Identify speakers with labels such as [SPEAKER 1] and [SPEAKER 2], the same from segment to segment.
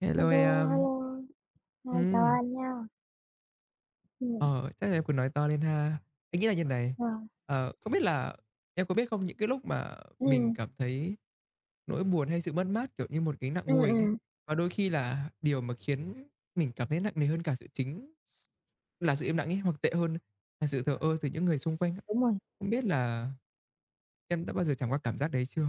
[SPEAKER 1] Hello
[SPEAKER 2] Hello,
[SPEAKER 1] em.
[SPEAKER 2] hello, à, chào
[SPEAKER 1] Ừm,
[SPEAKER 2] anh nha. Ừ.
[SPEAKER 1] ờ, chắc là em cứ nói to lên ha. Anh nghĩ là như này,
[SPEAKER 2] Ờ,
[SPEAKER 1] không biết là em có biết không, những cái lúc mà mình
[SPEAKER 2] ừm,
[SPEAKER 1] cảm thấy nỗi buồn hay sự mất mát, kiểu như, một cái nặng vô hình ấy,
[SPEAKER 2] ừm.
[SPEAKER 1] và đôi khi là điều mà khiến mình cảm thấy nặng nề hơn cả sự chính là sự im lặng ấy, hoặc tệ hơn là sự thờ ơ từ những người xung quanh á.
[SPEAKER 2] Đúng rồi,
[SPEAKER 1] Không biết là em đã bao giờ trải qua cảm giác đấy chưa?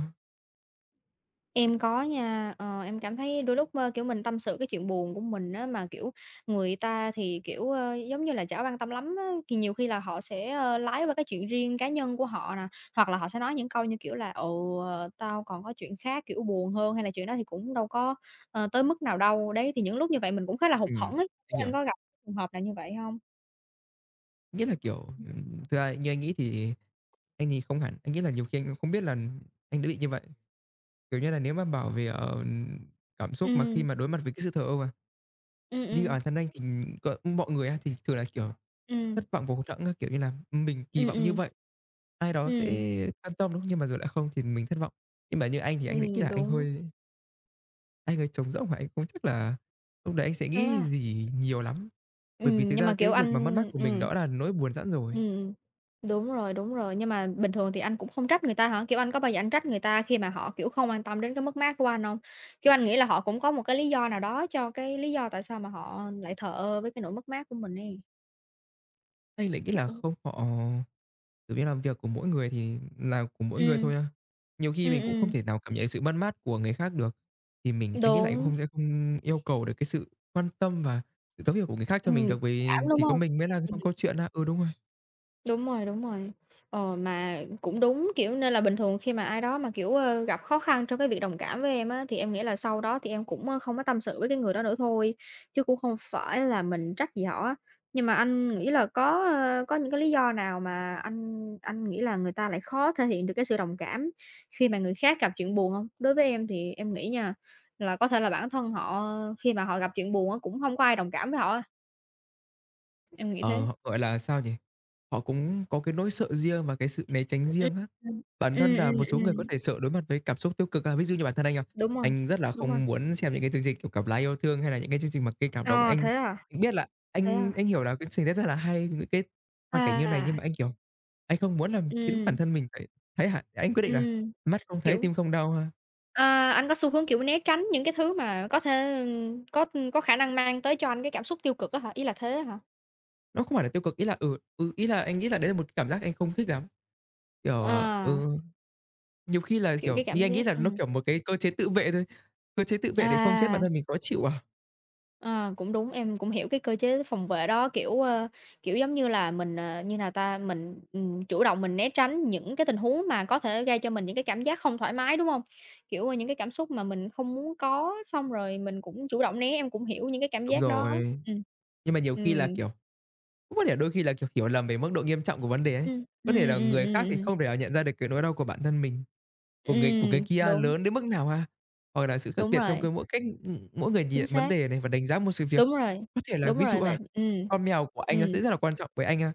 [SPEAKER 2] em có nha. Ờ, em cảm thấy đôi lúc, ơ, kiểu, mình tâm sự cái chuyện buồn của mình á, mà, kiểu, người ta thì, kiểu, ơ, giống như là chả quan tâm lắm á, thì nhiều khi là họ sẽ, ơ, lái qua cái chuyện riêng cá nhân của họ nè, hoặc là họ sẽ nói những câu như kiểu là "Ừ, ờ, tao còn có chuyện khác, kiểu, buồn hơn", hay là "Chuyện đó thì cũng đâu có, ờ, tới mức nào đâu." Đấy, thì những lúc như vậy mình cũng khá là hụt
[SPEAKER 1] Ừm,
[SPEAKER 2] hẫng ấy.
[SPEAKER 1] anh
[SPEAKER 2] Anh
[SPEAKER 1] hiểu.
[SPEAKER 2] có gặp trường hợp nào như vậy không?
[SPEAKER 1] Nghĩa là, kiểu, thực ra như anh nghĩ thì anh thì không hẳn, anh nghĩ là nhiều khi anh cũng không biết là anh đã bị như vậy. Kiểu như là, nếu mà bảo về, cảm xúc mà khi
[SPEAKER 2] Ừ,
[SPEAKER 1] mà đối mặt với cái sự thờ ơ, mà
[SPEAKER 2] ừ,
[SPEAKER 1] như
[SPEAKER 2] ừ,
[SPEAKER 1] bản thân anh thì có mọi người á, thì thường là, kiểu, thất
[SPEAKER 2] ừm.
[SPEAKER 1] vọng và hụt hẫng á, kiểu như là, mình kỳ
[SPEAKER 2] Ừm,
[SPEAKER 1] vọng như
[SPEAKER 2] ừm,
[SPEAKER 1] vậy, ai đó sẽ
[SPEAKER 2] ừm,
[SPEAKER 1] an tâm, đúng không? Nhưng mà rồi lại không thì mình thất vọng. Nhưng mà như anh thì anh lại nghĩ là anh
[SPEAKER 2] đúng.
[SPEAKER 1] hơi anh hơi trống rỗng và anh cũng chắc là lúc đấy anh sẽ nghĩ
[SPEAKER 2] Á,
[SPEAKER 1] gì nhiều lắm, bởi vì thực
[SPEAKER 2] nhưng
[SPEAKER 1] ra
[SPEAKER 2] mà, kiểu,
[SPEAKER 1] cái việc mà mất
[SPEAKER 2] anh
[SPEAKER 1] mát của mình đó là nỗi buồn sẵn
[SPEAKER 2] Ừm,
[SPEAKER 1] rồi.
[SPEAKER 2] ừm, đúng rồi, nhưng mà bình thường thì anh cũng không trách người ta hả? Kiểu, anh có bao giờ anh trách người ta khi mà họ, kiểu, không quan tâm đến cái mất mát của anh hông? Kiểu, anh nghĩ là họ cũng có một cái lý do nào đó cho cái lý do tại sao mà họ lại thờ ơ với cái nỗi mất mát của mình ấy,
[SPEAKER 1] Anh lại nghĩ là
[SPEAKER 2] kiểu
[SPEAKER 1] không, họ tự biết làm việc của mỗi người thì là của mỗi người
[SPEAKER 2] ừm,
[SPEAKER 1] thôi à. Nhiều khi
[SPEAKER 2] ừm,
[SPEAKER 1] mình cũng không
[SPEAKER 2] ừm,
[SPEAKER 1] thể nào cảm nhận sự mất mát của người khác được, thì mình anh nghĩ là anh cũng
[SPEAKER 2] đúng.
[SPEAKER 1] không sẽ không yêu cầu được cái sự quan tâm và sự thấu hiểu của người khác cho mình được, vì
[SPEAKER 2] Cảm, đúng
[SPEAKER 1] chỉ có
[SPEAKER 2] hông?
[SPEAKER 1] mình mới là xong câu chuyện à. Ừ, đúng rồi.
[SPEAKER 2] Đúng rồi, đúng rồi. Ờ, mà cũng đúng, kiểu, nên là bình thường khi mà ai đó mà, kiểu, ơ, gặp khó khăn trong cái việc đồng cảm với em á, thì em nghĩ là sau đó thì em cũng, ơ, không có tâm sự với cái người đó nữa thôi, chứ cũng không phải là mình trách gì họ á. Nhưng mà anh nghĩ là có, ơ, có những cái lý do nào mà anh nghĩ là người ta lại khó thể hiện được cái sự đồng cảm khi mà người khác gặp chuyện buồn hông? Đối với em thì em nghĩ nha, là có thể là bản thân họ khi mà họ gặp chuyện buồn á, cũng hông có ai đồng cảm với họ á, em nghĩ
[SPEAKER 1] Ờ,
[SPEAKER 2] thế.
[SPEAKER 1] họ, gọi là, sao nhỉ? Họ cũng có cái nỗi sợ riêng và cái sự né tránh
[SPEAKER 2] Ừm,
[SPEAKER 1] riêng á.
[SPEAKER 2] ừm.
[SPEAKER 1] Bản thân
[SPEAKER 2] Ừm,
[SPEAKER 1] là một
[SPEAKER 2] ừm,
[SPEAKER 1] số người có
[SPEAKER 2] ừm.
[SPEAKER 1] thể sợ đối mặt với cảm xúc tiêu cực à. Ví dụ như bản thân anh à,
[SPEAKER 2] Đúng rồi,
[SPEAKER 1] anh rất là
[SPEAKER 2] đúng rồi.
[SPEAKER 1] không muốn xem những cái chương trình, kiểu, Cặp Lái Yêu Thương hay là những cái chương trình mà gây cảm động.
[SPEAKER 2] Ờ,
[SPEAKER 1] Anh
[SPEAKER 2] thế à?
[SPEAKER 1] anh biết là
[SPEAKER 2] Thế à?
[SPEAKER 1] anh hiểu là cái trình đấy rất là hay, những cái hoàn cảnh như này nhưng
[SPEAKER 2] À,
[SPEAKER 1] mà anh, kiểu, anh không muốn làm khiến bản
[SPEAKER 2] ừm,
[SPEAKER 1] thân mình phải thấy hại anh quyết định là
[SPEAKER 2] ừm,
[SPEAKER 1] "Mắt không thấy
[SPEAKER 2] kiểu,
[SPEAKER 1] tim không đau" ha.
[SPEAKER 2] à, anh có xu hướng, kiểu, né tránh những cái thứ mà có thể, có khả năng mang tới cho anh cái cảm xúc tiêu cực á hả? Ý là thế á hả?
[SPEAKER 1] Nó không phải là tiêu cực, ý là, ý là anh nghĩ là đấy là một cái cảm giác anh không thích lắm. Kiểu,
[SPEAKER 2] Ờ,
[SPEAKER 1] Nhiều khi là,
[SPEAKER 2] kiểu,
[SPEAKER 1] kiểu,
[SPEAKER 2] cái
[SPEAKER 1] như
[SPEAKER 2] cảm
[SPEAKER 1] anh nghĩ
[SPEAKER 2] giác
[SPEAKER 1] là nó, kiểu, một cái cơ chế tự vệ thôi, cơ chế tự vệ để không khiến bản
[SPEAKER 2] à.
[SPEAKER 1] thân mình khó chịu à?
[SPEAKER 2] À, cũng đúng, em cũng hiểu cái cơ chế phòng vệ đó, kiểu, ơ, kiểu, giống như là, mình, ờ, như nào ta, mình, chủ động mình né tránh những cái tình huống mà có thể gây cho mình những cái cảm giác không thoải mái, đúng không? Kiểu, ờ, những cái cảm xúc mà mình không muốn có, xong rồi mình cũng chủ động né, em cũng hiểu những cái cảm
[SPEAKER 1] Đúng
[SPEAKER 2] giác đó.
[SPEAKER 1] rồi,
[SPEAKER 2] Ừm.
[SPEAKER 1] nhưng mà nhiều khi là,
[SPEAKER 2] Ừm,
[SPEAKER 1] kiểu, cũng có thể đôi khi là, kiểu, hiểu lầm về mức độ nghiêm trọng của vấn đề ấy.
[SPEAKER 2] ừm, ừm,
[SPEAKER 1] Có thể là
[SPEAKER 2] ừm,
[SPEAKER 1] người
[SPEAKER 2] ừm,
[SPEAKER 1] khác thì
[SPEAKER 2] ừm.
[SPEAKER 1] không thể nào nhận ra được cái nỗi đau của bản thân mình, của người kia
[SPEAKER 2] Đúng,
[SPEAKER 1] lớn đến mức nào ha? Hoặc là sự khác
[SPEAKER 2] đúng
[SPEAKER 1] biệt trong
[SPEAKER 2] rồi,
[SPEAKER 1] cái mỗi cách mỗi người nhìn
[SPEAKER 2] chính
[SPEAKER 1] nhận vấn
[SPEAKER 2] xác,
[SPEAKER 1] đề này và đánh giá một sự việc.
[SPEAKER 2] đúng rồi,
[SPEAKER 1] Có thể là
[SPEAKER 2] đúng
[SPEAKER 1] ví dụ
[SPEAKER 2] rồi, vậy
[SPEAKER 1] ha, con mèo của anh
[SPEAKER 2] ừm,
[SPEAKER 1] nó sẽ rất là quan trọng với anh ha,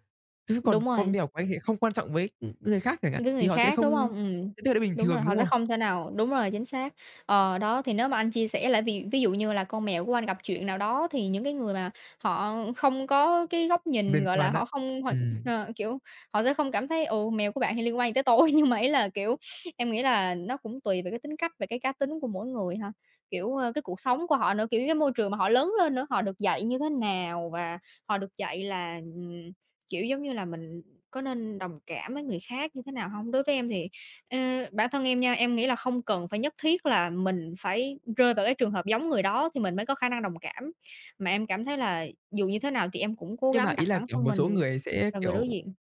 [SPEAKER 1] chứ còn
[SPEAKER 2] đúng
[SPEAKER 1] con
[SPEAKER 2] rồi.
[SPEAKER 1] mèo của anh thì không quan trọng với, người khác chẳng hạn,
[SPEAKER 2] Với
[SPEAKER 1] thì
[SPEAKER 2] người
[SPEAKER 1] họ sẽ
[SPEAKER 2] khác, đúng
[SPEAKER 1] không
[SPEAKER 2] hông?
[SPEAKER 1] sẽ thấy là bình
[SPEAKER 2] Đúng rồi,
[SPEAKER 1] thường,
[SPEAKER 2] họ
[SPEAKER 1] đúng
[SPEAKER 2] sẽ
[SPEAKER 1] không?
[SPEAKER 2] không thể nào đúng rồi, chính xác. Ờ, đó, thì nếu mà anh chia sẻ lại ví ví dụ như là con mèo của anh gặp chuyện nào đó thì những cái người mà họ không có cái góc nhìn,
[SPEAKER 1] Liên
[SPEAKER 2] gọi là,
[SPEAKER 1] quan á.
[SPEAKER 2] họ không họ
[SPEAKER 1] Ừm,
[SPEAKER 2] ờ, kiểu, họ sẽ không cảm thấy, ừ, mèo của bạn thì liên quan gì tới tôi, nhưng mà ý là, kiểu, em nghĩ là nó cũng tùy về cái tính cách về cái cá tính của mỗi người ha. Kiểu, ơ, cái cuộc sống của họ nữa, kiểu, cái môi trường mà họ lớn lên nữa, họ được dạy như thế nào và họ được dạy là, Kiểu, giống như là, mình có nên đồng cảm với người khác như thế nào hông? Đối với em thì, ờ, bản thân em nha, em nghĩ là không cần phải nhất thiết là mình phải rơi vào cái trường hợp giống người đó thì mình mới có khả năng đồng cảm, mà em cảm thấy là dù như thế nào thì em cũng cố
[SPEAKER 1] nhưng mà
[SPEAKER 2] gắng đặt
[SPEAKER 1] ý là,
[SPEAKER 2] bản
[SPEAKER 1] kiểu,
[SPEAKER 2] thân
[SPEAKER 1] một số
[SPEAKER 2] mình
[SPEAKER 1] người sẽ,
[SPEAKER 2] vào người
[SPEAKER 1] kiểu,
[SPEAKER 2] đối diện.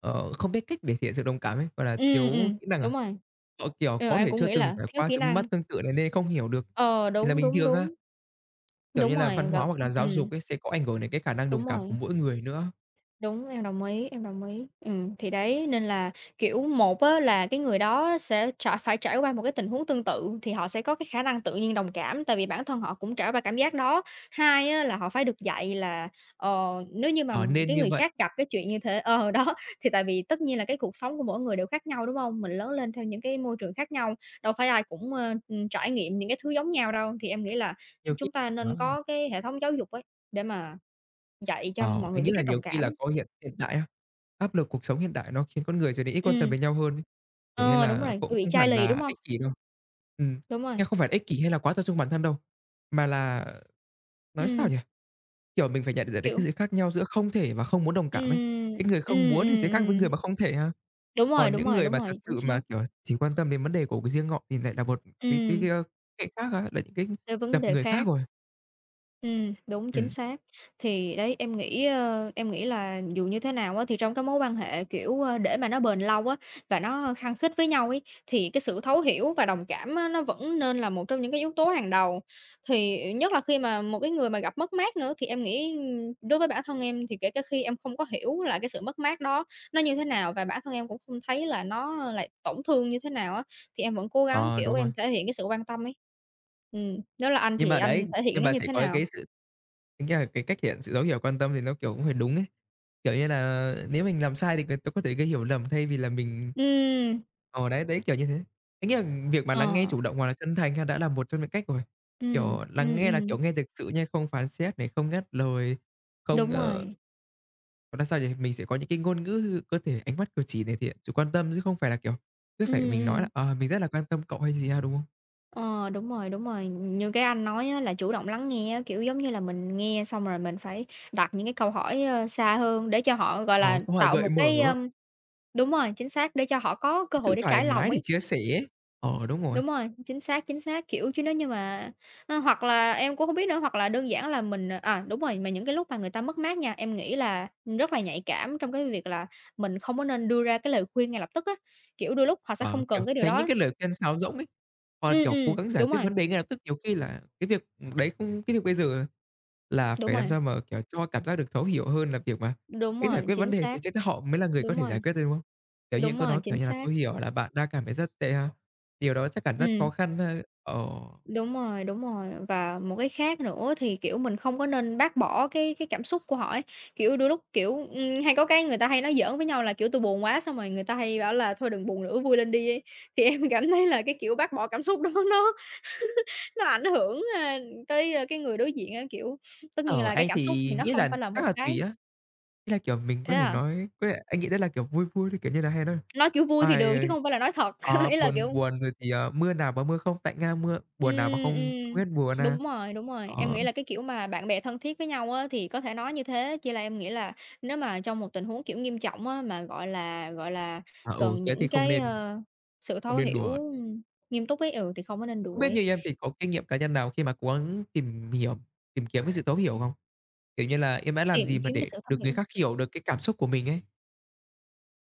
[SPEAKER 1] ờ, không biết cách để thể hiện sự đồng cảm ấy, gọi là, thiếu kỹ năng
[SPEAKER 2] Đúng
[SPEAKER 1] à?
[SPEAKER 2] rồi.
[SPEAKER 1] Họ, kiểu,
[SPEAKER 2] Ờ,
[SPEAKER 1] có
[SPEAKER 2] em
[SPEAKER 1] thể
[SPEAKER 2] cũng
[SPEAKER 1] chưa
[SPEAKER 2] nghĩ
[SPEAKER 1] từng
[SPEAKER 2] là
[SPEAKER 1] trải
[SPEAKER 2] thiếu
[SPEAKER 1] qua
[SPEAKER 2] kỹ
[SPEAKER 1] sự mất
[SPEAKER 2] năng.
[SPEAKER 1] mát tương tự này nên không hiểu được,
[SPEAKER 2] Ờ,
[SPEAKER 1] thì là
[SPEAKER 2] đúng,
[SPEAKER 1] bình
[SPEAKER 2] đúng,
[SPEAKER 1] thường á.
[SPEAKER 2] đúng.
[SPEAKER 1] Kiểu
[SPEAKER 2] Đúng
[SPEAKER 1] như là, văn
[SPEAKER 2] rồi, và
[SPEAKER 1] hóa hoặc là giáo
[SPEAKER 2] ừm,
[SPEAKER 1] dục ấy sẽ có ảnh hưởng đến cái khả năng
[SPEAKER 2] đúng
[SPEAKER 1] đồng cảm của
[SPEAKER 2] rồi.
[SPEAKER 1] mỗi người nữa,
[SPEAKER 2] Đúng, em đồng ý, em đồng ý. Thì đấy, nên là, kiểu, một á là cái người đó sẽ trải phải trải qua một cái tình huống tương tự thì họ sẽ có cái khả năng tự nhiên đồng cảm, tại vì bản thân họ cũng trải qua cảm giác đó. Hai á là họ phải được dạy là, ờ, nếu như mà
[SPEAKER 1] ờ, nên
[SPEAKER 2] cái
[SPEAKER 1] như
[SPEAKER 2] người
[SPEAKER 1] vậy.
[SPEAKER 2] khác gặp cái chuyện như thế ờ, đó, thì tại vì tất nhiên là cái cuộc sống của mỗi người đều khác nhau, đúng không? Mình lớn lên theo những cái môi trường khác nhau, đâu phải ai cũng, ơ, trải nghiệm những cái thứ giống nhau đâu. Thì em nghĩ là
[SPEAKER 1] Nhiều khi
[SPEAKER 2] chúng ta nên
[SPEAKER 1] ờ.
[SPEAKER 2] có cái hệ thống giáo dục ấy, để mà dạy cho
[SPEAKER 1] Ờ,
[SPEAKER 2] mọi người
[SPEAKER 1] anh nghĩ
[SPEAKER 2] biết
[SPEAKER 1] là
[SPEAKER 2] cách đồng
[SPEAKER 1] nhiều khi là
[SPEAKER 2] cảm.
[SPEAKER 1] có hiện hiện đại á, áp lực cuộc sống hiện đại nó khiến con người trở nên ít quan tâm
[SPEAKER 2] Ừm,
[SPEAKER 1] đến nhau hơn ấy. Kiểu như
[SPEAKER 2] ờ, đúng
[SPEAKER 1] là,
[SPEAKER 2] rồi,
[SPEAKER 1] cũng
[SPEAKER 2] kiểu bị
[SPEAKER 1] không
[SPEAKER 2] chai
[SPEAKER 1] hẳn
[SPEAKER 2] lì, đúng
[SPEAKER 1] là
[SPEAKER 2] hông?
[SPEAKER 1] ích kỷ đâu. Ừm,
[SPEAKER 2] Đúng rồi,
[SPEAKER 1] nghe không phải là ích kỷ hay là quá tập trung bản thân đâu, mà là nói sao
[SPEAKER 2] ừm,
[SPEAKER 1] nhỉ? Kiểu, mình phải nhận ra được cái
[SPEAKER 2] kiểu
[SPEAKER 1] sự khác nhau giữa không thể và không muốn đồng cảm ấy.
[SPEAKER 2] ừm,
[SPEAKER 1] Cái người không
[SPEAKER 2] ừm,
[SPEAKER 1] muốn thì
[SPEAKER 2] ừm,
[SPEAKER 1] sẽ khác với người
[SPEAKER 2] ừm,
[SPEAKER 1] mà không thể ha.
[SPEAKER 2] đúng rồi,
[SPEAKER 1] Còn
[SPEAKER 2] đúng
[SPEAKER 1] những
[SPEAKER 2] rồi,
[SPEAKER 1] người
[SPEAKER 2] đúng
[SPEAKER 1] mà thật
[SPEAKER 2] rồi, chính
[SPEAKER 1] sự mà,
[SPEAKER 2] xác.
[SPEAKER 1] kiểu, chỉ quan tâm đến vấn đề của cái riêng họ thì lại là một cái cái
[SPEAKER 2] Ừm,
[SPEAKER 1] cái, ơ, khác á, là những cái
[SPEAKER 2] cái vấn
[SPEAKER 1] tập
[SPEAKER 2] đề
[SPEAKER 1] người khác
[SPEAKER 2] khác.
[SPEAKER 1] rồi.
[SPEAKER 2] Đúng, chính
[SPEAKER 1] Ừm,
[SPEAKER 2] xác. Thì đấy, em nghĩ, ơ, em nghĩ là dù như thế nào á, thì trong cái mối quan hệ, kiểu, ơ, để mà nó bền lâu á, và nó khăng khít với nhau ấy, thì cái sự thấu hiểu và đồng cảm á, nó vẫn nên là một trong những cái yếu tố hàng đầu. Thì nhất là khi mà một cái người mà gặp mất mát nữa, thì em nghĩ, đối với bản thân em thì kể cả khi em không có hiểu là cái sự mất mát đó nó như thế nào và bản thân em cũng không thấy là nó lại tổn thương như thế nào á, thì em vẫn cố gắng,
[SPEAKER 1] ờ,
[SPEAKER 2] kiểu,
[SPEAKER 1] đúng rồi.
[SPEAKER 2] em thể hiện cái sự quan tâm ấy. Nếu là anh
[SPEAKER 1] Nhưng
[SPEAKER 2] thì
[SPEAKER 1] mà
[SPEAKER 2] anh
[SPEAKER 1] đấy,
[SPEAKER 2] thể hiện
[SPEAKER 1] nhưng
[SPEAKER 2] nó
[SPEAKER 1] mà
[SPEAKER 2] như
[SPEAKER 1] sẽ
[SPEAKER 2] thế
[SPEAKER 1] có
[SPEAKER 2] nào?
[SPEAKER 1] cái sự tính ra là cái cách thể hiện sự dấu hiểu, quan tâm thì nó, kiểu, cũng phải đúng ấy. Kiểu như là, nếu mình làm sai thì người ta có thể gây hiểu lầm thay vì là mình
[SPEAKER 2] Ừm,
[SPEAKER 1] Ờ, đấy, đấy, kiểu như thế. Anh nghĩ là việc mà lắng nghe
[SPEAKER 2] ờ,
[SPEAKER 1] chủ động hoặc là chân thành ha đã là một trong những cách rồi.
[SPEAKER 2] ừm,
[SPEAKER 1] Kiểu, lắng
[SPEAKER 2] ừm,
[SPEAKER 1] nghe là,
[SPEAKER 2] ừm,
[SPEAKER 1] kiểu, nghe thực sự nha, không phán xét này, không ngắt lời, không,
[SPEAKER 2] đúng rồi,
[SPEAKER 1] gọi là sao nhỉ? Mình sẽ có những cái ngôn ngữ cơ thể, ánh mắt, cử chỉ để thể hiện sự quan tâm chứ không phải là, kiểu, cứ phải
[SPEAKER 2] ừm,
[SPEAKER 1] mình nói là
[SPEAKER 2] ừm,
[SPEAKER 1] "Ờ, mình rất là quan tâm cậu" hay gì ha, đúng không?
[SPEAKER 2] ờ, đúng rồi, đúng rồi. Như cái anh nói á là chủ động lắng nghe á, kiểu, giống như là, mình nghe xong rồi mình phải đặt những cái câu hỏi, ơ, xa hơn để cho họ, gọi
[SPEAKER 1] Ờ,
[SPEAKER 2] là,
[SPEAKER 1] câu hỏi
[SPEAKER 2] tạo
[SPEAKER 1] gợi
[SPEAKER 2] một cái,
[SPEAKER 1] mở,
[SPEAKER 2] ơm đúng rồi, chính xác, để cho họ có cơ
[SPEAKER 1] cái
[SPEAKER 2] hội
[SPEAKER 1] sự
[SPEAKER 2] để
[SPEAKER 1] thoải
[SPEAKER 2] trải lòng
[SPEAKER 1] mái để
[SPEAKER 2] ấy.
[SPEAKER 1] chia sẻ ấy. Ờ, đúng rồi.
[SPEAKER 2] Đúng rồi, chính xác, kiểu, chứ nếu như mà ơ, hoặc là em cũng hông biết nữa, hoặc là đơn giản là mình à, đúng rồi, mà những cái lúc mà người ta mất mát nha, em nghĩ là rất là nhạy cảm trong cái việc là mình không có nên đưa ra cái lời khuyên ngay lập tức á, kiểu, đôi lúc họ sẽ
[SPEAKER 1] Ờ,
[SPEAKER 2] không cần
[SPEAKER 1] kiểu,
[SPEAKER 2] cái điều
[SPEAKER 1] tránh những
[SPEAKER 2] đó.
[SPEAKER 1] cái lời khuyên sáo rỗng ấy, hoặc là, kiểu, cố gắng giải
[SPEAKER 2] Đúng
[SPEAKER 1] quyết
[SPEAKER 2] rồi,
[SPEAKER 1] vấn đề ngay lập tức, nhiều khi là cái việc, ừ, đấy không cái việc bây giờ là
[SPEAKER 2] đúng
[SPEAKER 1] phải làm
[SPEAKER 2] rồi,
[SPEAKER 1] sao mà, kiểu, cho cảm giác được thấu hiểu hơn là việc mà
[SPEAKER 2] đúng
[SPEAKER 1] cái giải
[SPEAKER 2] rồi,
[SPEAKER 1] quyết vấn
[SPEAKER 2] chính
[SPEAKER 1] đề thì
[SPEAKER 2] xác,
[SPEAKER 1] chắc là họ mới là người có
[SPEAKER 2] đúng
[SPEAKER 1] thể giải
[SPEAKER 2] rồi,
[SPEAKER 1] quyết thôi, đúng không? Kiểu như, những
[SPEAKER 2] đúng
[SPEAKER 1] câu
[SPEAKER 2] rồi,
[SPEAKER 1] nói, kiểu
[SPEAKER 2] chính
[SPEAKER 1] như là
[SPEAKER 2] xác,
[SPEAKER 1] "Tôi hiểu là bạn đang cảm thấy rất tệ ha, điều đó chắc hẳn rất
[SPEAKER 2] ừm.
[SPEAKER 1] khó khăn ha." Ờ,
[SPEAKER 2] Đúng rồi, đúng rồi. Và một cái khác nữa thì, kiểu, mình không có nên bác bỏ cái cảm xúc của họ ấy. Kiểu, đôi lúc, kiểu, hay có cái người ta hay nói giỡn với nhau là, kiểu, "Tôi buồn quá." Xong rồi người ta hay bảo là "Thôi đừng buồn nữa, vui lên đi" ấy. Thì em cảm thấy là cái kiểu bác bỏ cảm xúc đó nó ảnh hưởng, a, tới, a, cái người đối diện á. Kiểu, tất nhiên
[SPEAKER 1] ờ,
[SPEAKER 2] là cái
[SPEAKER 1] anh
[SPEAKER 2] cảm xúc thì
[SPEAKER 1] thì
[SPEAKER 2] nó
[SPEAKER 1] nghĩ
[SPEAKER 2] không
[SPEAKER 1] là
[SPEAKER 2] phải là một
[SPEAKER 1] chắc là tùy
[SPEAKER 2] cái
[SPEAKER 1] á. Ý là, kiểu, mình
[SPEAKER 2] thế
[SPEAKER 1] có thể
[SPEAKER 2] à?
[SPEAKER 1] nói có thể anh nghĩ đấy là, kiểu, vui vui thôi, kiểu như là, hay nói
[SPEAKER 2] Nói kiểu vui thì được
[SPEAKER 1] "Ai,
[SPEAKER 2] chứ không phải là nói thật. Ý là,
[SPEAKER 1] buồn
[SPEAKER 2] kiểu
[SPEAKER 1] buồn rồi thì, ờ, mưa nào mà mưa không tạnh nga mưa buồn nào mà không không
[SPEAKER 2] Ừm.
[SPEAKER 1] hết buồn à,
[SPEAKER 2] Đúng rồi, đúng rồi. Em
[SPEAKER 1] Đó,
[SPEAKER 2] nghĩ là cái kiểu mà bạn bè thân thiết với nhau á, thì có thể nói như thế, chỉ là em nghĩ là nếu mà trong một tình huống, kiểu, nghiêm trọng á, mà, gọi là,
[SPEAKER 1] à, ừ,
[SPEAKER 2] cần
[SPEAKER 1] thế
[SPEAKER 2] những
[SPEAKER 1] thì không
[SPEAKER 2] cái,
[SPEAKER 1] nên
[SPEAKER 2] ơ, sự
[SPEAKER 1] không
[SPEAKER 2] thấu
[SPEAKER 1] nên đùa.
[SPEAKER 2] hiểu nghiêm túc ấy, ừ, thì không có nên
[SPEAKER 1] Không biết
[SPEAKER 2] đuổi,
[SPEAKER 1] như em thì có kinh nghiệm cá nhân nào khi mà cố gắng tìm kiếm cái sự thấu hiểu không? Kiểu như là, em đã làm
[SPEAKER 2] tìm
[SPEAKER 1] gì mà
[SPEAKER 2] kiếm cái
[SPEAKER 1] để
[SPEAKER 2] sự thấu
[SPEAKER 1] được người
[SPEAKER 2] hiểu.
[SPEAKER 1] khác hiểu được cái cảm xúc của mình ấy?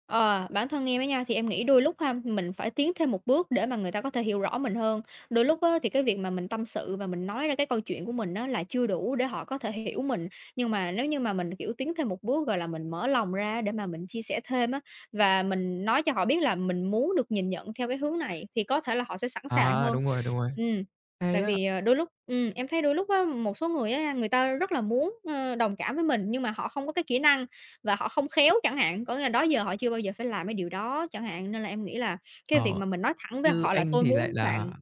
[SPEAKER 2] Ờ, bản thân em ấy nha, thì em nghĩ đôi lúc ha, mình phải tiến thêm một bước để mà người ta có thể hiểu rõ mình hơn. Đôi lúc á, thì cái việc mà mình tâm sự và mình nói ra cái câu chuyện của mình á, là chưa đủ để họ có thể hiểu mình. Nhưng mà nếu như mà mình, kiểu, tiến thêm một bước, gọi là, mình mở lòng ra để mà mình chia sẻ thêm á, và mình nói cho họ biết là mình muốn được nhìn nhận theo cái hướng này, thì có thể là họ sẽ sẵn sàng
[SPEAKER 1] À,
[SPEAKER 2] hơn.
[SPEAKER 1] đúng rồi,
[SPEAKER 2] Ừm,
[SPEAKER 1] hay
[SPEAKER 2] Tại
[SPEAKER 1] á.
[SPEAKER 2] vì, đôi lúc em thấy đôi lúc á, một số người á, người ta rất là muốn, đồng cảm với mình nhưng mà họ không có cái kỹ năng và họ không khéo chẳng hạn, có nghĩa là đó giờ họ chưa bao giờ phải làm cái điều đó chẳng hạn, nên là em nghĩ là cái việc
[SPEAKER 1] Ờ,
[SPEAKER 2] mà mình nói thẳng với
[SPEAKER 1] như
[SPEAKER 2] họ là
[SPEAKER 1] anh
[SPEAKER 2] "Tôi
[SPEAKER 1] thì lại
[SPEAKER 2] muốn
[SPEAKER 1] là
[SPEAKER 2] bạn,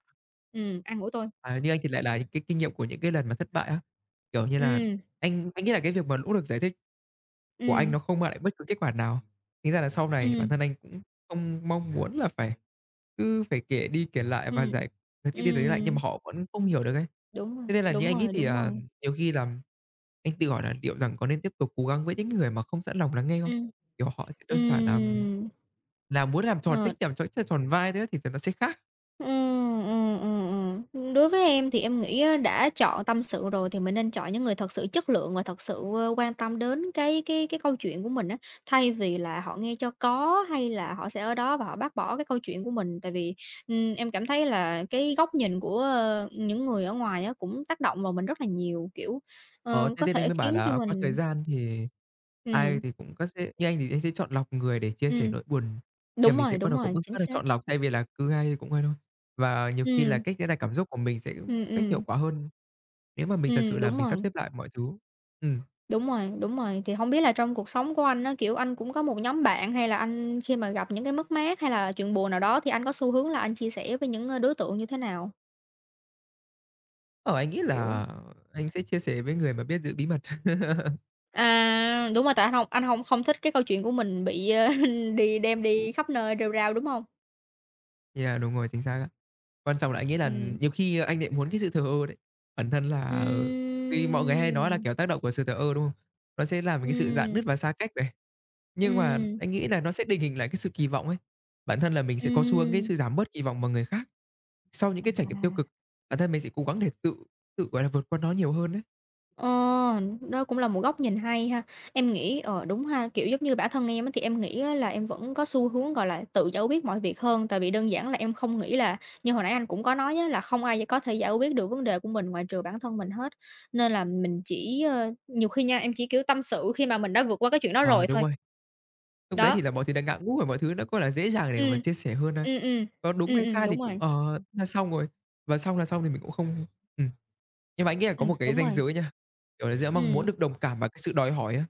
[SPEAKER 2] an ủi tôi."
[SPEAKER 1] À, như anh thì lại là những cái kinh nghiệm của những cái lần mà thất bại á. Kiểu như là,
[SPEAKER 2] Ừm,
[SPEAKER 1] anh nghĩ là cái việc mà nỗ lực giải thích của anh
[SPEAKER 2] ừm,
[SPEAKER 1] nó không mang lại bất cứ kết quả nào. Thành ra là sau này bản
[SPEAKER 2] ừm,
[SPEAKER 1] thân anh cũng không mong muốn là phải cứ phải kể đi kể lại và
[SPEAKER 2] ừm,
[SPEAKER 1] giải giải thích đi giải thích lại nhưng
[SPEAKER 2] ừm,
[SPEAKER 1] mà họ vẫn không hiểu được ấy.
[SPEAKER 2] đúng rồi,
[SPEAKER 1] Thế nên là như
[SPEAKER 2] đúng
[SPEAKER 1] anh nghĩ
[SPEAKER 2] rồi,
[SPEAKER 1] thì,
[SPEAKER 2] đúng
[SPEAKER 1] à,
[SPEAKER 2] rồi,
[SPEAKER 1] nhiều khi là anh tự hỏi là liệu rằng có nên tiếp tục cố gắng với những người mà không sẵn lòng lắng nghe không?
[SPEAKER 2] ừm,
[SPEAKER 1] Kiểu, họ sẽ đơn giản là à,
[SPEAKER 2] ừm,
[SPEAKER 1] là muốn làm tròn
[SPEAKER 2] ờ.
[SPEAKER 1] trách nhiệm, tròn tròn vai thế thì nó sẽ khác.
[SPEAKER 2] Ừm, Đối với em thì em nghĩ á, đã chọn tâm sự rồi thì mình nên chọn những người thật sự chất lượng và thật sự, quan tâm đến cái câu chuyện của mình á, thay vì là họ nghe cho có hay là họ sẽ ở đó và họ bác bỏ cái câu chuyện của mình. Tại vì, em cảm thấy là cái góc nhìn của, những người ở ngoài á, cũng tác động vào mình rất là nhiều, kiểu,
[SPEAKER 1] Ờ, thế
[SPEAKER 2] có
[SPEAKER 1] nên anh
[SPEAKER 2] thể
[SPEAKER 1] mới bảo
[SPEAKER 2] khiến cho
[SPEAKER 1] là qua thời
[SPEAKER 2] mình
[SPEAKER 1] gian thì ai
[SPEAKER 2] ừm,
[SPEAKER 1] thì cũng có sẽ như anh thì anh sẽ chọn lọc người để chia sẻ
[SPEAKER 2] ừm,
[SPEAKER 1] nỗi buồn, thì là mình sẽ bắt
[SPEAKER 2] đúng
[SPEAKER 1] đầu có
[SPEAKER 2] rồi,
[SPEAKER 1] bước
[SPEAKER 2] chính
[SPEAKER 1] rất là
[SPEAKER 2] xác.
[SPEAKER 1] chọn lọc thay vì là cứ ai cũng ai thôi. Và nhiều khi là
[SPEAKER 2] Ừm,
[SPEAKER 1] cách diễn đạt cảm xúc của mình sẽ
[SPEAKER 2] ừm,
[SPEAKER 1] cách hiệu
[SPEAKER 2] ừm,
[SPEAKER 1] quả hơn nếu mà mình thật sự là
[SPEAKER 2] đúng
[SPEAKER 1] mình sắp
[SPEAKER 2] rồi.
[SPEAKER 1] xếp lại mọi thứ. Ừm,
[SPEAKER 2] Đúng rồi, đúng rồi. Thì không biết là trong cuộc sống của anh á, kiểu, anh cũng có một nhóm bạn hay là anh khi mà gặp những cái mất mát hay là chuyện buồn nào đó thì anh có xu hướng là anh chia sẻ với những, đối tượng như thế nào?
[SPEAKER 1] ờ, anh nghĩ
[SPEAKER 2] Kiểu
[SPEAKER 1] là anh sẽ chia sẻ với người mà biết giữ bí mật.
[SPEAKER 2] à, đúng rồi, tại anh không không thích cái câu chuyện của mình bị, đi đem đi khắp nơi rêu rao, đúng không?
[SPEAKER 1] Yeah, đúng rồi, chính xác á. Quan trọng là anh nghĩ là
[SPEAKER 2] Ừ.
[SPEAKER 1] nhiều khi anh lại muốn cái sự thờ ơ đấy. Bản thân là, khi mọi người hay nói là,
[SPEAKER 2] Ừm,
[SPEAKER 1] kiểu, tác động của sự thờ ơ, đúng không? Nó sẽ làm cái sự rạn
[SPEAKER 2] ừm,
[SPEAKER 1] nứt và xa cách này. Nhưng mà
[SPEAKER 2] ừm,
[SPEAKER 1] anh nghĩ là nó sẽ định hình lại cái sự kỳ vọng ấy. Bản thân là mình sẽ có xu hướng cái
[SPEAKER 2] ừm.
[SPEAKER 1] sự giảm bớt kỳ vọng vào người khác sau những cái trải nghiệm tiêu
[SPEAKER 2] À.
[SPEAKER 1] cực. Bản thân mình sẽ cố gắng để tự tự, gọi là, vượt qua nó nhiều hơn đấy.
[SPEAKER 2] Ờ, đó cũng là một góc nhìn hay ha. Em nghĩ, đúng ha, kiểu, giống như bản thân em á, thì em nghĩ á là em vẫn có xu hướng, gọi là, tự giải quyết mọi việc hơn, tại vì đơn giản là em không nghĩ là như hồi nãy anh cũng có nói á, là không ai có thể giải quyết được vấn đề của mình ngoại trừ bản thân mình hết. Nên là mình chỉ, nhiều khi nha, em chỉ, kiểu, tâm sự khi mà mình đã vượt qua cái chuyện đó
[SPEAKER 1] Ờ,
[SPEAKER 2] rồi
[SPEAKER 1] Đúng
[SPEAKER 2] thôi.
[SPEAKER 1] rồi, lúc đấy
[SPEAKER 2] Đó,
[SPEAKER 1] thì là mọi thứ đang ngã ngũ và mọi thứ nó có là dễ dàng để mà
[SPEAKER 2] ừm.
[SPEAKER 1] chia sẻ hơn a.
[SPEAKER 2] Ừm, ừm.
[SPEAKER 1] Có đúng hay sai thì
[SPEAKER 2] Đúng
[SPEAKER 1] cũng,
[SPEAKER 2] rồi.
[SPEAKER 1] là xong rồi, và xong là xong thì mình cũng không ừm, nhưng mà anh nghĩ là có một cái
[SPEAKER 2] Đúng
[SPEAKER 1] ranh
[SPEAKER 2] rồi.
[SPEAKER 1] giới nha, kiểu là, giữa mong muốn
[SPEAKER 2] Ừm.
[SPEAKER 1] được đồng cảm và cái sự đòi hỏi á.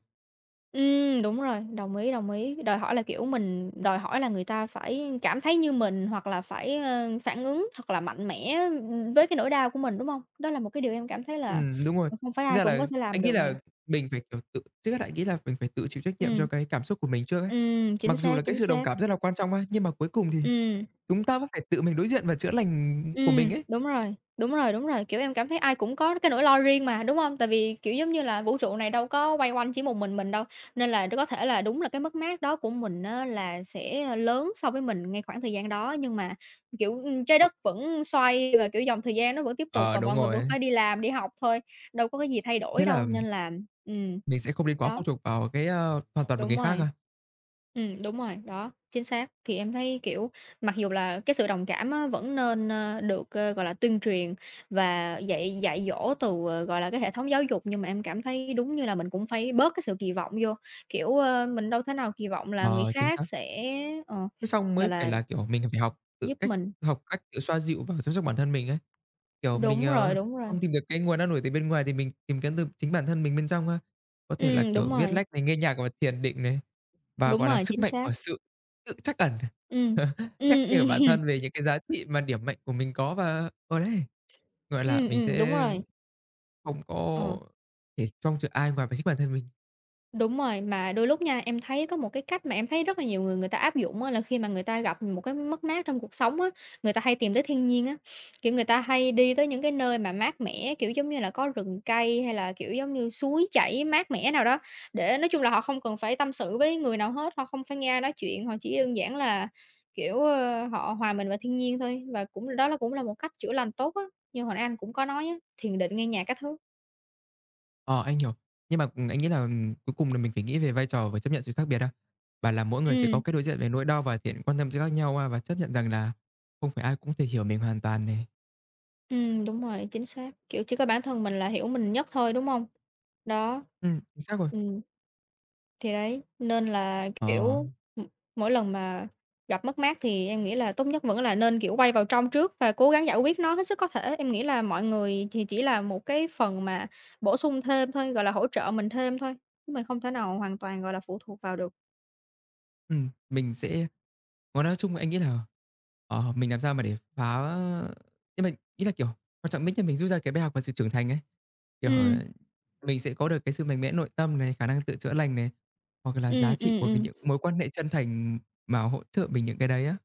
[SPEAKER 2] Đúng rồi, đồng ý, đồng ý. Đòi hỏi là, kiểu, mình đòi hỏi là người ta phải cảm thấy như mình hoặc là phải, phản ứng thật là mạnh mẽ, với cái nỗi đau của mình, đúng không? Đó là một cái điều em cảm thấy là,
[SPEAKER 1] Đúng rồi.
[SPEAKER 2] không phải
[SPEAKER 1] Thành
[SPEAKER 2] ai
[SPEAKER 1] ra là
[SPEAKER 2] cũng có thể làm
[SPEAKER 1] anh nghĩ
[SPEAKER 2] được nhỉ?
[SPEAKER 1] là mình phải, kiểu, tự trước hết anh nghĩ là mình phải tự chịu trách nhiệm cho
[SPEAKER 2] Ừm,
[SPEAKER 1] cái cảm xúc của mình trước ấy.
[SPEAKER 2] chính
[SPEAKER 1] Mặc dù
[SPEAKER 2] xác,
[SPEAKER 1] là cái
[SPEAKER 2] chính
[SPEAKER 1] sự đồng
[SPEAKER 2] xác.
[SPEAKER 1] cảm rất là quan trọng á, nhưng mà cuối cùng thì
[SPEAKER 2] Ừm.
[SPEAKER 1] chúng ta vẫn phải tự mình đối diện và chữa lành của mình ấy.
[SPEAKER 2] Đúng rồi, đúng rồi, đúng rồi, kiểu, em cảm thấy ai cũng có cái nỗi lo riêng mà, đúng hông? Tại vì, kiểu, giống như là, vũ trụ này đâu có quay quanh chỉ một mình đâu, nên là nó có thể là đúng là cái mất mát đó của mình á là sẽ, lớn so với mình ngay khoảng thời gian đó, nhưng mà, kiểu, trái đất vẫn xoay và, kiểu, dòng thời gian nó vẫn tiếp tục
[SPEAKER 1] Ờ,
[SPEAKER 2] và
[SPEAKER 1] đúng
[SPEAKER 2] mọi người vẫn
[SPEAKER 1] rồi.
[SPEAKER 2] phải đi làm, đi học thôi, đâu có cái gì thay đổi
[SPEAKER 1] Nghĩa
[SPEAKER 2] đâu,
[SPEAKER 1] là
[SPEAKER 2] nên là ừm,
[SPEAKER 1] mình sẽ không nên quá
[SPEAKER 2] đó,
[SPEAKER 1] phụ thuộc vào hoàn toàn vào
[SPEAKER 2] đúng
[SPEAKER 1] người khác
[SPEAKER 2] rồi.
[SPEAKER 1] ha.
[SPEAKER 2] Đúng rồi, đó, chính xác. Thì em thấy, kiểu, mặc dù là cái sự đồng cảm á vẫn nên, được, gọi là, tuyên truyền và dạy dạy dỗ từ, gọi là, cái hệ thống giáo dục, nhưng mà em cảm thấy đúng như là mình cũng phải bớt cái sự kỳ vọng vô. Kiểu, mình đâu thể nào kỳ vọng là người
[SPEAKER 1] Ờ, chính
[SPEAKER 2] khác
[SPEAKER 1] xác.
[SPEAKER 2] sẽ, ờ,
[SPEAKER 1] Thế xong
[SPEAKER 2] gọi
[SPEAKER 1] mới phải
[SPEAKER 2] là,
[SPEAKER 1] là, kiểu, mình phải học tự
[SPEAKER 2] giúp
[SPEAKER 1] cách
[SPEAKER 2] mình.
[SPEAKER 1] học cách tự xoa dịu và chăm sóc bản thân mình ấy. Kiểu,
[SPEAKER 2] Đúng rồi, đúng rồi.
[SPEAKER 1] không tìm được cái nguồn an ủi từ bên ngoài thì mình tìm kiếm từ chính bản thân mình bên trong ha. Có thể là, kiểu,
[SPEAKER 2] Đúng
[SPEAKER 1] viết
[SPEAKER 2] rồi,
[SPEAKER 1] lách này, nghe nhạc và thiền định này. Và,
[SPEAKER 2] đúng
[SPEAKER 1] gọi là,
[SPEAKER 2] rồi,
[SPEAKER 1] sức
[SPEAKER 2] chính
[SPEAKER 1] mạnh
[SPEAKER 2] xác.
[SPEAKER 1] của sự tự trắc ẩn,
[SPEAKER 2] Ừm.
[SPEAKER 1] nhắc
[SPEAKER 2] Ừm,
[SPEAKER 1] nhở bản
[SPEAKER 2] ừm,
[SPEAKER 1] thân về những cái giá trị mà điểm mạnh của mình có và đấy, gọi là, mình
[SPEAKER 2] đúng
[SPEAKER 1] sẽ
[SPEAKER 2] rồi,
[SPEAKER 1] không có
[SPEAKER 2] ờ.
[SPEAKER 1] để trông chờ ai ngoài về chính bản thân mình.
[SPEAKER 2] Đúng rồi, mà đôi lúc nha, em thấy có một cái cách mà em thấy rất là nhiều người người ta áp dụng á, là khi mà người ta gặp một cái mất mát trong cuộc sống á, người ta hay tìm tới thiên nhiên á. Kiểu, người ta hay đi tới những cái nơi mà mát mẻ, kiểu, giống như là, có rừng cây hay là, kiểu, giống như, suối chảy mát mẻ nào đó, để nói chung là họ không cần phải tâm sự với người nào hết, họ không phải nghe nói chuyện, họ chỉ đơn giản là, kiểu, họ hòa mình vào thiên nhiên thôi. Và cũng đó là cũng là một cách chữa lành tốt á, như hồi nãy anh cũng có nói á, thiền định, nghe nhạc các thứ.
[SPEAKER 1] Ờ, anh hiểu. Nhưng mà anh nghĩ là, cuối cùng là mình phải nghĩ về vai trò và chấp nhận sự khác biệt ha, và là mỗi người sẽ có
[SPEAKER 2] Ừm.
[SPEAKER 1] cái đối diện về nỗi đau và thiện quan tâm sự khác nhau ha, và chấp nhận rằng là không phải ai cũng thể hiểu mình hoàn toàn này.
[SPEAKER 2] Ừ đúng rồi, chính xác, kiểu, chỉ có bản thân mình là hiểu mình nhất thôi, đúng không? Đó.
[SPEAKER 1] Chính xác rồi.
[SPEAKER 2] Ừm. Thì đấy, nên là,
[SPEAKER 1] Ờ,
[SPEAKER 2] kiểu, ừm, mỗi lần mà gặp mất mát thì em nghĩ là tốt nhất vẫn là nên, kiểu, quay vào trong trước và cố gắng giải quyết nó hết sức có thể. Em nghĩ là mọi người thì chỉ là một cái phần mà bổ sung thêm thôi, gọi là, hỗ trợ mình thêm thôi, chứ mình không thể nào hoàn toàn, gọi là, phụ thuộc vào được.
[SPEAKER 1] mình sẽ. Còn nói chung anh nghĩ là, ờ, mình làm sao mà để phá, nhưng mà nghĩ là, kiểu, quan trọng nhất là mình rút ra cái bài học và sự trưởng thành ấy. Kiểu,
[SPEAKER 2] Ừ
[SPEAKER 1] ờ, mình sẽ có được cái sự mạnh mẽ nội tâm này, khả năng tự chữa lành này, hoặc là
[SPEAKER 2] ừ
[SPEAKER 1] giá
[SPEAKER 2] ừ
[SPEAKER 1] trị của cái
[SPEAKER 2] ừm.
[SPEAKER 1] những mối quan hệ chân thành mà hỗ trợ mình những cái đấy á.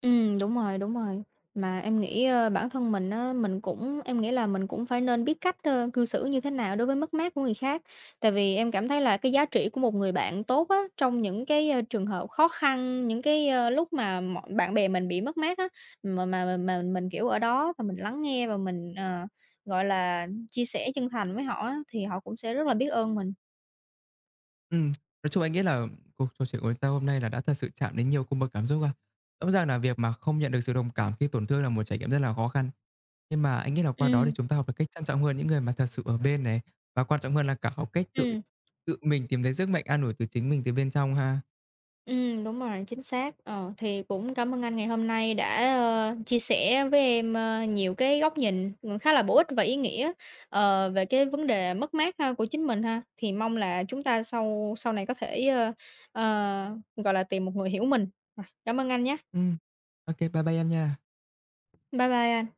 [SPEAKER 2] Ừ đúng rồi, đúng rồi. Mà em nghĩ, bản thân mình á, mình cũng em nghĩ là mình cũng phải nên biết cách, cư xử như thế nào đối với mất mát của người khác. Tại vì em cảm thấy là cái giá trị của một người bạn tốt á, trong những cái, trường hợp khó khăn, những cái, lúc mà mọi bạn bè mình bị mất mát á, mà mình, kiểu, ở đó và mình lắng nghe và mình, gọi là, chia sẻ chân thành với họ á, thì họ cũng sẽ rất là biết ơn mình.
[SPEAKER 1] Ừ, nói chung anh nghĩ là cuộc trò chuyện của chúng ta hôm nay là đã thật sự chạm đến nhiều cung bậc cảm xúc ha. Rõ ràng là việc mà không nhận được sự đồng cảm khi tổn thương là một trải nghiệm rất là khó khăn. Nhưng mà anh nghĩ là qua đó thì
[SPEAKER 2] Ừm,
[SPEAKER 1] chúng ta học được cách trân trọng hơn những người mà thật sự ở bên này, và quan trọng hơn là cả học cách tự
[SPEAKER 2] ừm.
[SPEAKER 1] tự mình tìm thấy sức mạnh an ủi từ chính mình từ bên trong ha.
[SPEAKER 2] Ừ đúng rồi, chính xác. Ờ, thì cũng cảm ơn anh ngày hôm nay đã, chia sẻ với em, nhiều cái góc nhìn, khá là bổ ích và ý nghĩa, về cái vấn đề mất mát ha, của chính mình ha. Thì mong là chúng ta sau sau này có thể, ờ, gọi là, tìm một người hiểu mình. Rồi, cảm ơn anh nhé.
[SPEAKER 1] Ừm, ô bye bye em nha.
[SPEAKER 2] Bye bye anh.